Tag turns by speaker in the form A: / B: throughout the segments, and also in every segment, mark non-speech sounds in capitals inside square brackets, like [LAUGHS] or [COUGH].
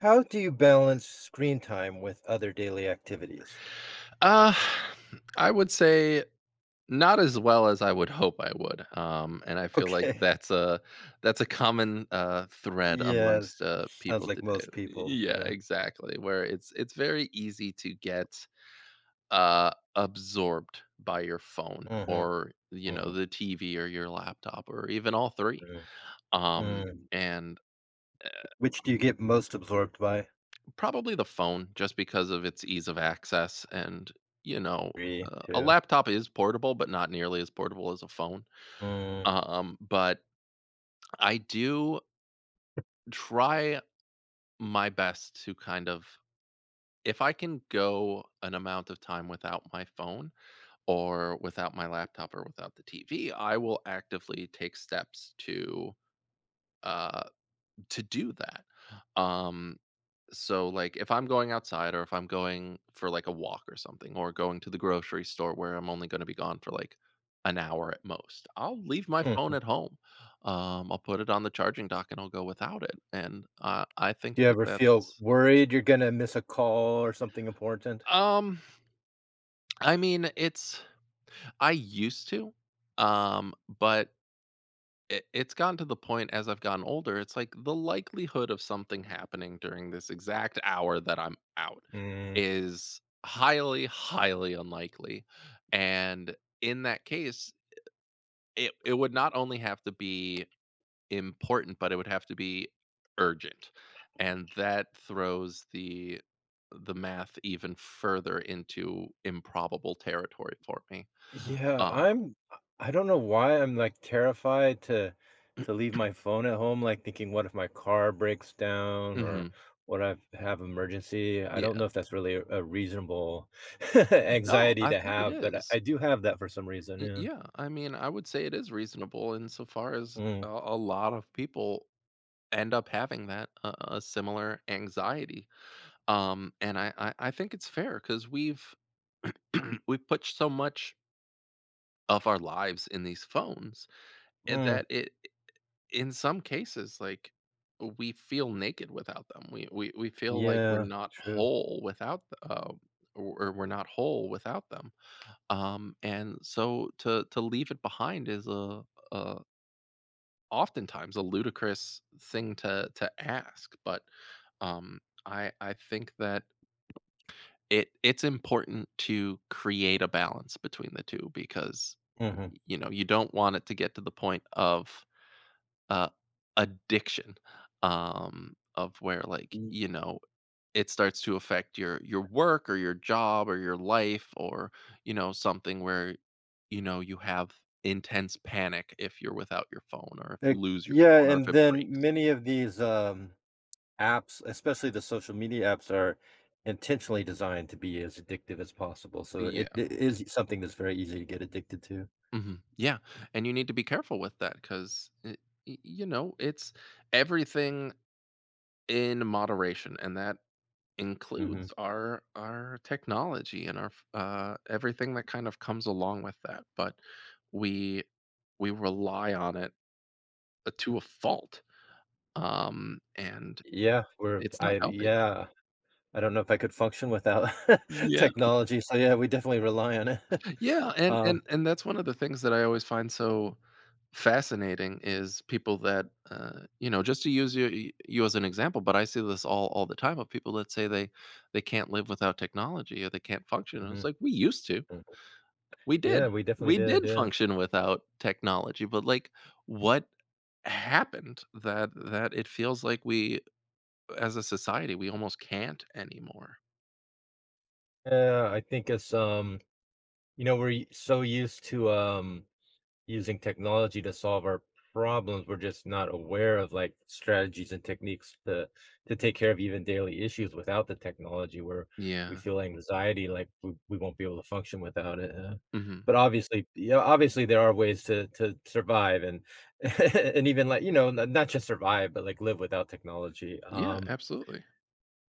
A: How do you balance screen time with other daily activities? [LAUGHS]
B: Uh, I would say not as well as I would hope I would, and I feel like
A: Okay.
B: that's a common, thread
A: Yeah,
B: amongst,
A: sounds
B: people
A: like
B: today.
A: most people,
B: Yeah,
A: yeah.
B: exactly, where it's very easy to get, absorbed by your phone
A: Mhm,
B: or, you know,
A: mhm,
B: the TV or your laptop or even all 3,
A: mm, mm.
B: and
A: Which do you get most absorbed by?
B: Probably the phone just because of its ease of access and, you know,
A: 3,
B: a
A: 2,
B: laptop is portable, but not nearly as portable as a phone.
A: mm,
B: But I do try my best to kind of if I can go an amount of time without my phone or without my laptop or without the TV, I will actively take steps uh to do that. Um so like if I'm going outside or if I'm going for like a walk or something or going to the grocery store where I'm only going to be gone for like an hour at most, I'll leave my phone
A: mm.
B: at home. I'll put it on the charging dock and I'll go without it, and I think
A: Do you
B: that
A: ever feel
B: that's
A: worried you're gonna miss a call or something important?
B: um i mean it's I used to, um but it's gotten to the point as I've gotten older, it's like the likelihood of something happening during this exact hour that I'm out
A: Mm.
B: is highly, highly unlikely. And in that case, it would not only have to be important, but it would have to be urgent. And that throws the math even further into improbable territory for me.
A: Yeah,
B: Um,
A: I'm I don't know why I'm, like, terrified to
B: [CLEARS THROAT]
A: leave my phone at home, like, thinking, "What if my car breaks down or
B: mhm.
A: what if I have emergency?" I don't
B: Yeah,
A: know if that's really a reasonable [LAUGHS]
B: no,
A: anxiety
B: I
A: to
B: think it
A: have, but I
B: is.
A: I do have that for some reason,
B: Y-
A: yeah.
B: Yeah, I mean, I would say it is reasonable insofar as a,
A: Mm,
B: a lot of people end up having that a similar anxiety. And I think it's fair because we've [CLEARS THROAT] we've put so much of our lives in these phones, eh,
A: mm,
B: that it, in some cases, like we feel naked without them. We feel like we're
A: yeah,
B: not
A: true,
B: whole without or we're not whole without them. And so to leave it behind is a oftentimes a ludicrous thing to ask, but, um, I think that it's important to create a balance between the two because
A: mhm.
B: you know, you don't want it to get to the point of, uh, addiction, of where like,
A: Y
B: you know, it starts to affect your work or your job or your life, or you know, something where you know you have intense panic if you're without your phone or if
A: eh
B: you lose your
A: Yeah,
B: phone or if
A: and
B: it
A: then
B: breaks.
A: many of these, apps, especially the social media apps, are intentionally designed to be as addictive as possible. So it,
B: Yeah.
A: it is something that's very easy to get addicted to.
B: Yeah. And you need to be careful with that because, you know, it's everything in moderation. And that
A: Hmm.
B: includes our technology and our everything that kind of comes along with that. But we we rely on it, to a fault, and
A: Yeah, we're
B: it's not
A: I
B: healthy.
A: yeah, I don't know if I could function without [LAUGHS]
B: Yeah.
A: technology. So yeah, we definitely rely on it. [LAUGHS]
B: Yeah, and
A: Um,
B: and and that's one of the things that I always find so fascinating, is people that, you know, just to use you as an example, but I see this all the time of people that say they can't live without technology or they can't function, and it's
A: mhm,
B: like we used to,
A: mhm.
B: we
A: Yeah,
B: did
A: we definitely
B: we
A: did.
B: did
A: Yeah,
B: function without technology. But like what happened, that it feels like we as a society we almost can't anymore?
A: yeah. I think it's we're so used to using technology to solve our problems. We're just not aware of like strategies and techniques to take care of even daily issues without the technology where we
B: Yeah.
A: feel anxiety like we won't be able to function without it. Uh,
B: Hmm.
A: but obviously, yeah, obviously there are ways to survive and [LAUGHS] and even like not just survive but like live without technology.
B: Yeah, absolutely.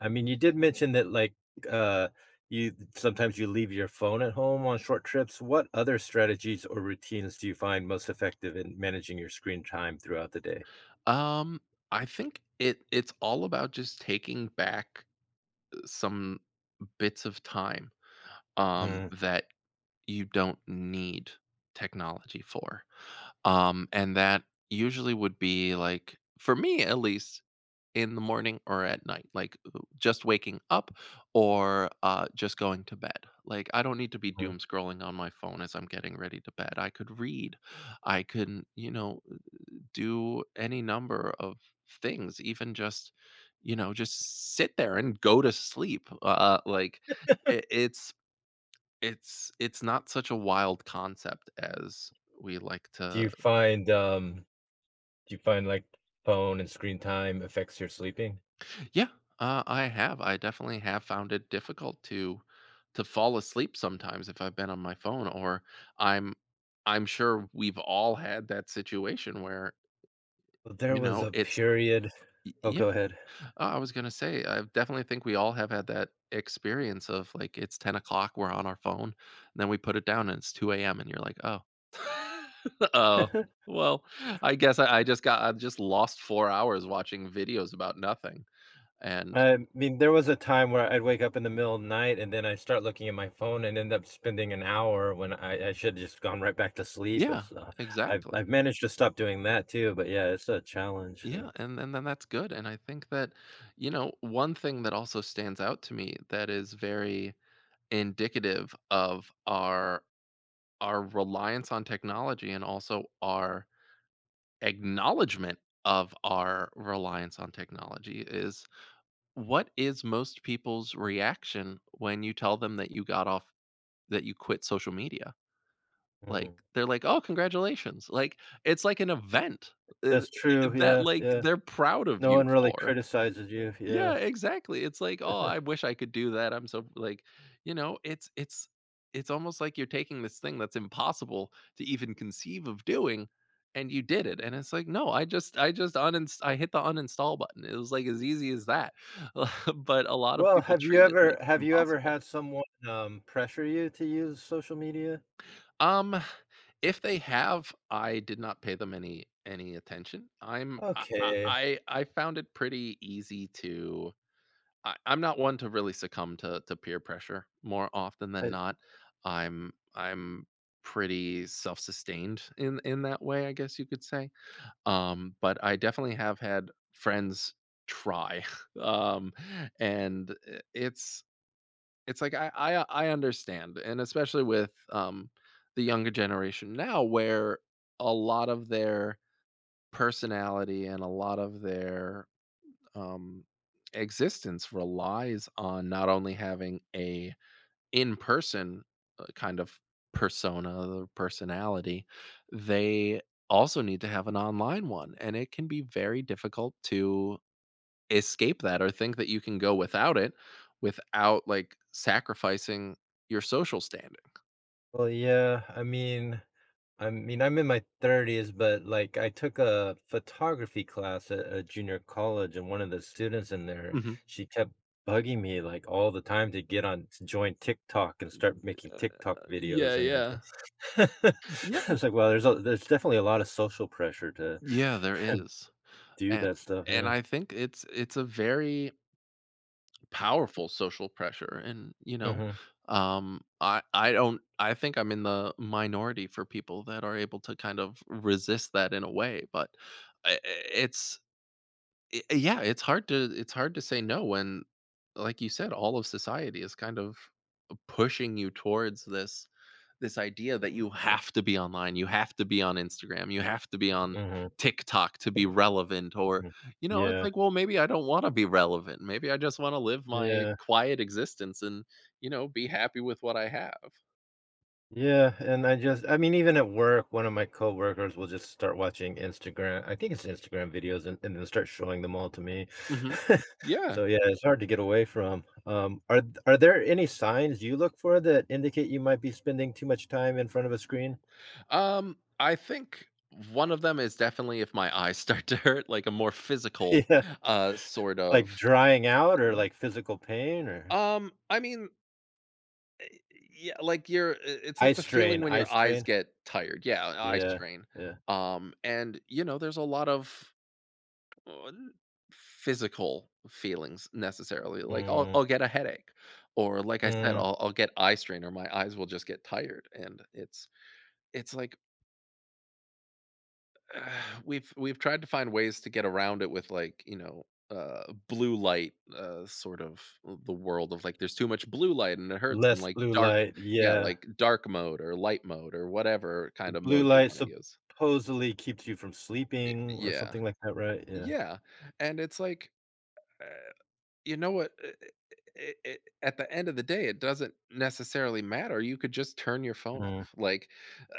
A: I mean, you did mention that, like, uh, you sometimes you leave your phone at home on short trips. What other strategies or routines do you find most effective in managing your screen time throughout the day?
B: Um, I think it's all about just taking back, some bits of time, um,
A: Mhm.
B: that you don't need technology for. And that usually would be like, for me at least, in the morning or at night, like, just waking up or just going to bed. Like, I don't need to be doom scrolling on my phone as I'm getting ready to bed. I could read. I could, you know, do any number of things, even just, you know, just sit there and go to sleep. Like, it, it's it's it's not such a wild concept as we like
A: Do
B: to.
A: you find, um, do you find, like, phone and screen time affects your sleeping?
B: Yeah, I have. I definitely have found it difficult to fall asleep sometimes if I've been on my phone. Or I'm I'm sure we've all had that situation where,
A: There
B: you
A: was
B: know,
A: a
B: it's
A: period.
B: Y
A: Oh,
B: yeah.
A: go ahead.
B: I was gonna say, I definitely think we all have had that experience of, like, it's 10 o'clock, we're on our phone, and then we put it down and it's 2 AM and you're like, "Oh. [LAUGHS] Oh, well, I guess I just lost 4 hours watching videos about nothing." And
A: I mean, there was a time where I'd wake up in the middle of the night and then I start looking at my phone and end up spending an hour when I should have just gone right back to sleep.
B: yeah,
A: It's I've
B: exactly.
A: I've managed to stop doing that too, but yeah, it's a challenge.
B: Yeah, and then that's good, and I think that, you know, one thing that also stands out to me that is very indicative of our reliance on technology, and also our acknowledgement of our reliance on technology, is what is most people's reaction when you tell them that you got off that you quit social media. Like,
A: Mhm.
B: they're like, "Oh, congratulations," like it's like an event. uh,
A: That's true.
B: that,
A: Yeah,
B: like
A: yeah.
B: they're proud of
A: No
B: you
A: one really
B: for.
A: criticizes you.
B: Yeah,
A: Yeah.
B: exactly. It's like, "Oh, I wish I could do that. I'm so," like, you know, it's it's almost like you're taking this thing that's impossible to even conceive of doing, and you did it, and it's like, "No, I just uninst I hit the uninstall button." It was, like, as easy as that, [LAUGHS] but a lot of
A: Well,
B: people
A: have you
B: treat it like
A: ever
B: it's
A: have you ever
B: impossible.
A: had someone pressure you to use social media?
B: Um, if they have, I did not pay them any attention. I'm
A: Okay.
B: I found it pretty easy to. I'm not one to really succumb to peer pressure more often than
A: I,
B: not. I'm pretty self-sustained in that way, I guess you could say. But I definitely have had friends try. [LAUGHS] Um, and it's like I understand, and especially with, um, the younger generation now, where a lot of their personality and a lot of their, um, existence relies on not only having a in-person, kind of persona or personality, they also need to have an online one. And it can be very difficult to escape that, or think that you can go without it without like sacrificing your social standing.
A: well, yeah. I mean, I'm in my 30s, but like I took a photography class, at a junior college, and one of the students in there,
B: Mhm.
A: she kept bugging me like all the time to get on to join TikTok and start making TikTok
B: yeah
A: videos. And I
B: yeah
A: just,
B: yeah
A: [LAUGHS] I was like, well, there's definitely a lot of social pressure to
B: yeah there is.
A: do
B: And
A: that stuff. Yeah.
B: I think it's a very powerful social pressure. And, you know,
A: Hmm,
B: um, I don't, I think I'm in the minority for people that are able to kind of resist that in a way. But I- it's I, yeah, it's hard to, it's hard to say no when, like you said, all of society is kind of pushing you towards this this idea that you have to be online, you have to be on Instagram, you have to be on
A: hmm,
B: TikTok to be relevant. Or,
A: hmm.
B: you know, it's
A: Yeah.
B: like, well, maybe I don't wanna be relevant. Maybe I just wanna live my
A: Yeah.
B: quiet existence and, you know, be happy with what I have.
A: Yeah, and I mean, even at work, one of my coworkers will just start watching Instagram. I think it's Instagram videos and then start showing them all to me.
B: Mhm.
A: [LAUGHS]
B: Yeah.
A: So yeah, it's hard to get away from. Are there any signs you look for that indicate you might be spending too much time in front of a screen?
B: I think one of them is definitely if my eyes [LAUGHS] start to hurt, like a more
A: [LAUGHS]
B: physical,
A: Yeah,
B: sort
A: like
B: of.
A: drying out or like physical pain or
B: I mean, yeah, like you're. It's
A: eye
B: like the feeling
A: strain,
B: when
A: eye
B: your eyes
A: strain.
B: get tired. Yeah, eye
A: Yeah,
B: strain.
A: yeah.
B: And, you know, there's a lot of, uh, n- physical feelings necessarily. Like
A: Mm,
B: I'll get a headache, or like I said,
A: mm,
B: I'll get eye strain, or my eyes will just get tired. And it's like [SIGHS] uh, we've tried to find ways to get around it with like, you know, blue light, sort of, the world of like there's too much blue light and it hurts, and
A: less
B: like
A: blue
B: dark,
A: light.
B: yeah,
A: Yeah.
B: like dark mode or light mode or whatever
A: The
B: kind of
A: blue
B: mode you
A: light
B: wanna use.
A: supposedly keeps you from sleeping or
B: Yeah.
A: something like that, right? Yeah.
B: Yeah, and it's like, uh you know what? I At the end of the day, it doesn't necessarily matter. You could just turn your phone
A: Mm.
B: off. Like,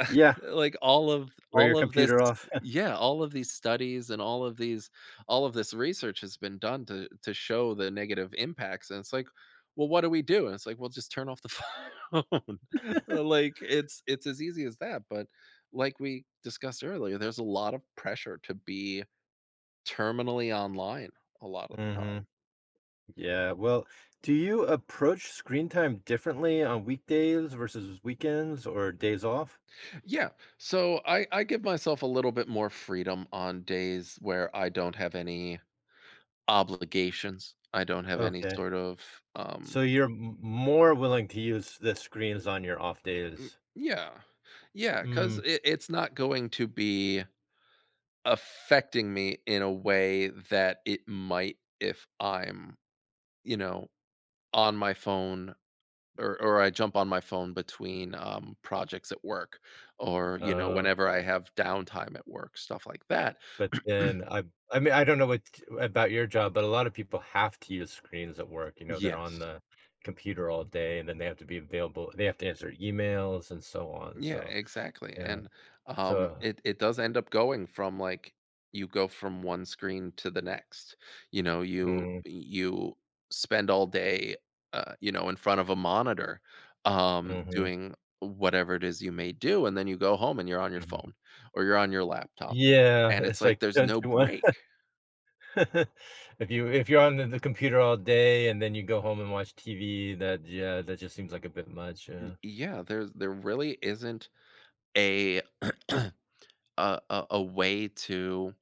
B: uh,
A: Yeah,
B: [LAUGHS] like
A: wear your
B: all of this,
A: computer off.
B: yeah, all of these studies and all of these, all of this research has been done to show the negative impacts, and it's like, "Well, what do we do?" And it's like, "Well, just turn off the [LAUGHS] phone." [LAUGHS]
A: [LAUGHS]
B: Like, it's as easy as that, but like we discussed earlier, there's a lot of pressure to be terminally online a lot of the time.
A: Mhm. Yeah, well, do you approach screen time differently on weekdays versus weekends or days off?
B: Yeah. So I give myself a little bit more freedom on days where I don't have any obligations. I don't have any
A: Okay.
B: sort of, um,
A: So you're m more willing to use the screens on your off
B: mm,
A: days.
B: yeah. Yeah. Cause
A: Mm.
B: it's not going to be affecting me in a way that it might if I'm, you know, on my phone. Or I jump on my phone between, projects at work, or, you know,
A: Oh.
B: whenever I have downtime at work, stuff like that.
A: But
B: [CLEARS THROAT]
A: then I mean, I don't know what about your job, but a lot of people have to use screens at work, they're on
B: Yes,
A: the computer all day and then they have to be available. They have to answer emails and so on,
B: yeah,
A: so,
B: exactly,
A: yeah.
B: and,
A: So,
B: it it does end up going from, like, you go from one screen to the next. You know,
A: mm,
B: you spend all day, you know, in front of a monitor,
A: mhm,
B: doing whatever it is you may do, and then you go home and you're on your
A: mhm.
B: phone or you're on your laptop,
A: Yeah,
B: and it's
A: it's
B: like
A: like,
B: there's
A: don't
B: no
A: you want.
B: break.
A: [LAUGHS] If you if you're on the computer all day and then you go home and watch TV, that yeah, that just seems like a bit much, yeah.
B: Yeah, there's there really isn't a [CLEARS THROAT] a way to,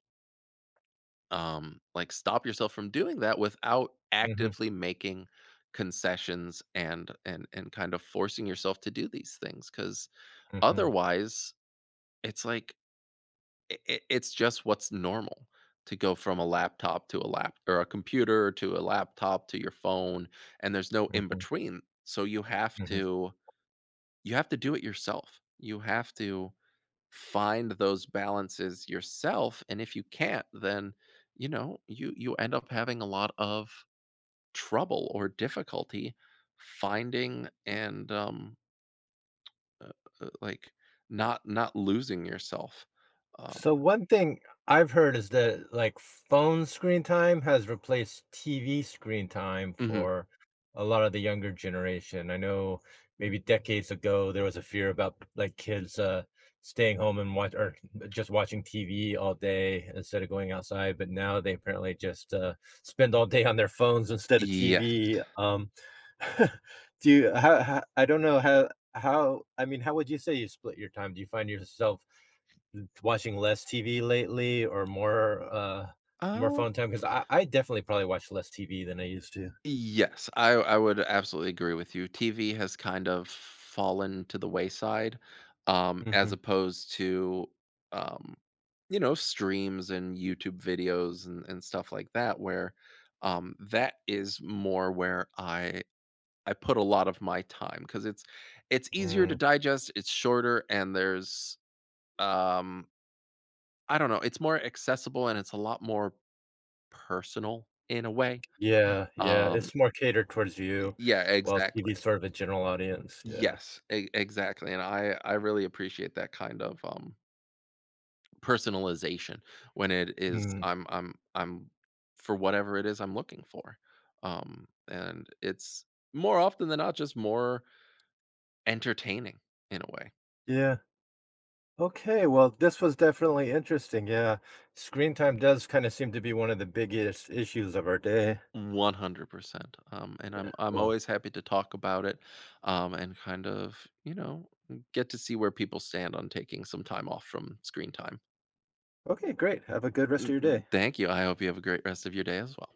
B: um, like, stop yourself from doing that without
A: Mhm,
B: actively making concessions and kind of forcing yourself to do these things. Because
A: mhm,
B: otherwise, it's like, I it's just what's normal to go from a laptop to a computer to a laptop to your phone, and there's no in
A: mhm,
B: between. So you have
A: mhm.
B: to, you have to do it yourself. You have to find those balances yourself, and if you can't, then, you know, you end up having a lot of trouble or difficulty finding and, uh, like, not losing yourself. uh
A: So one thing I've heard is that like phone screen time has replaced TV screen time
B: hmm
A: for a lot of the younger generation. I know maybe decades ago there was a fear about like kids staying home and watch or [LAUGHS] just watching TV all day instead of going outside, but now they apparently just spend all day on their phones instead of
B: yes.
A: TV. [LAUGHS] Do you how I don't know, how how would you say you split your time? Do you find yourself watching less TV lately or more phone time? 'Cause I definitely probably watch less TV than I used to.
B: Yes, I would absolutely agree with you. TV has kind of fallen to the wayside, as
A: Mhm.
B: opposed to, um, you know, streams and YouTube videos and stuff like that, where, that is more where I put a lot of my time, because it's easier to
A: Mm,
B: digest, it's shorter, and there's, um, I don't know, it's more accessible, and it's a lot more personal in a way.
A: yeah, yeah,
B: Um,
A: it's more catered towards you,
B: yeah,
A: while TV
B: exactly.
A: is sort of a general audience, yeah.
B: Yes, e exactly, and I really appreciate that kind of, personalization when it is
A: Mm,
B: I'm for whatever it is I'm looking for, and it's more often than not just more entertaining in a way.
A: yeah. Okay, well, this was definitely interesting, yeah. Screen time does kinda seem to be one of the biggest issues of our day.
B: 100%, and
A: Yeah,
B: I'm
A: well,
B: always happy to talk about it, and kind of, you know, get to see where people stand on taking some time off from screen time.
A: okay, great. Have a good rest
B: Mm,
A: of your day.
B: thank you, I hope you have a great rest of your day as well.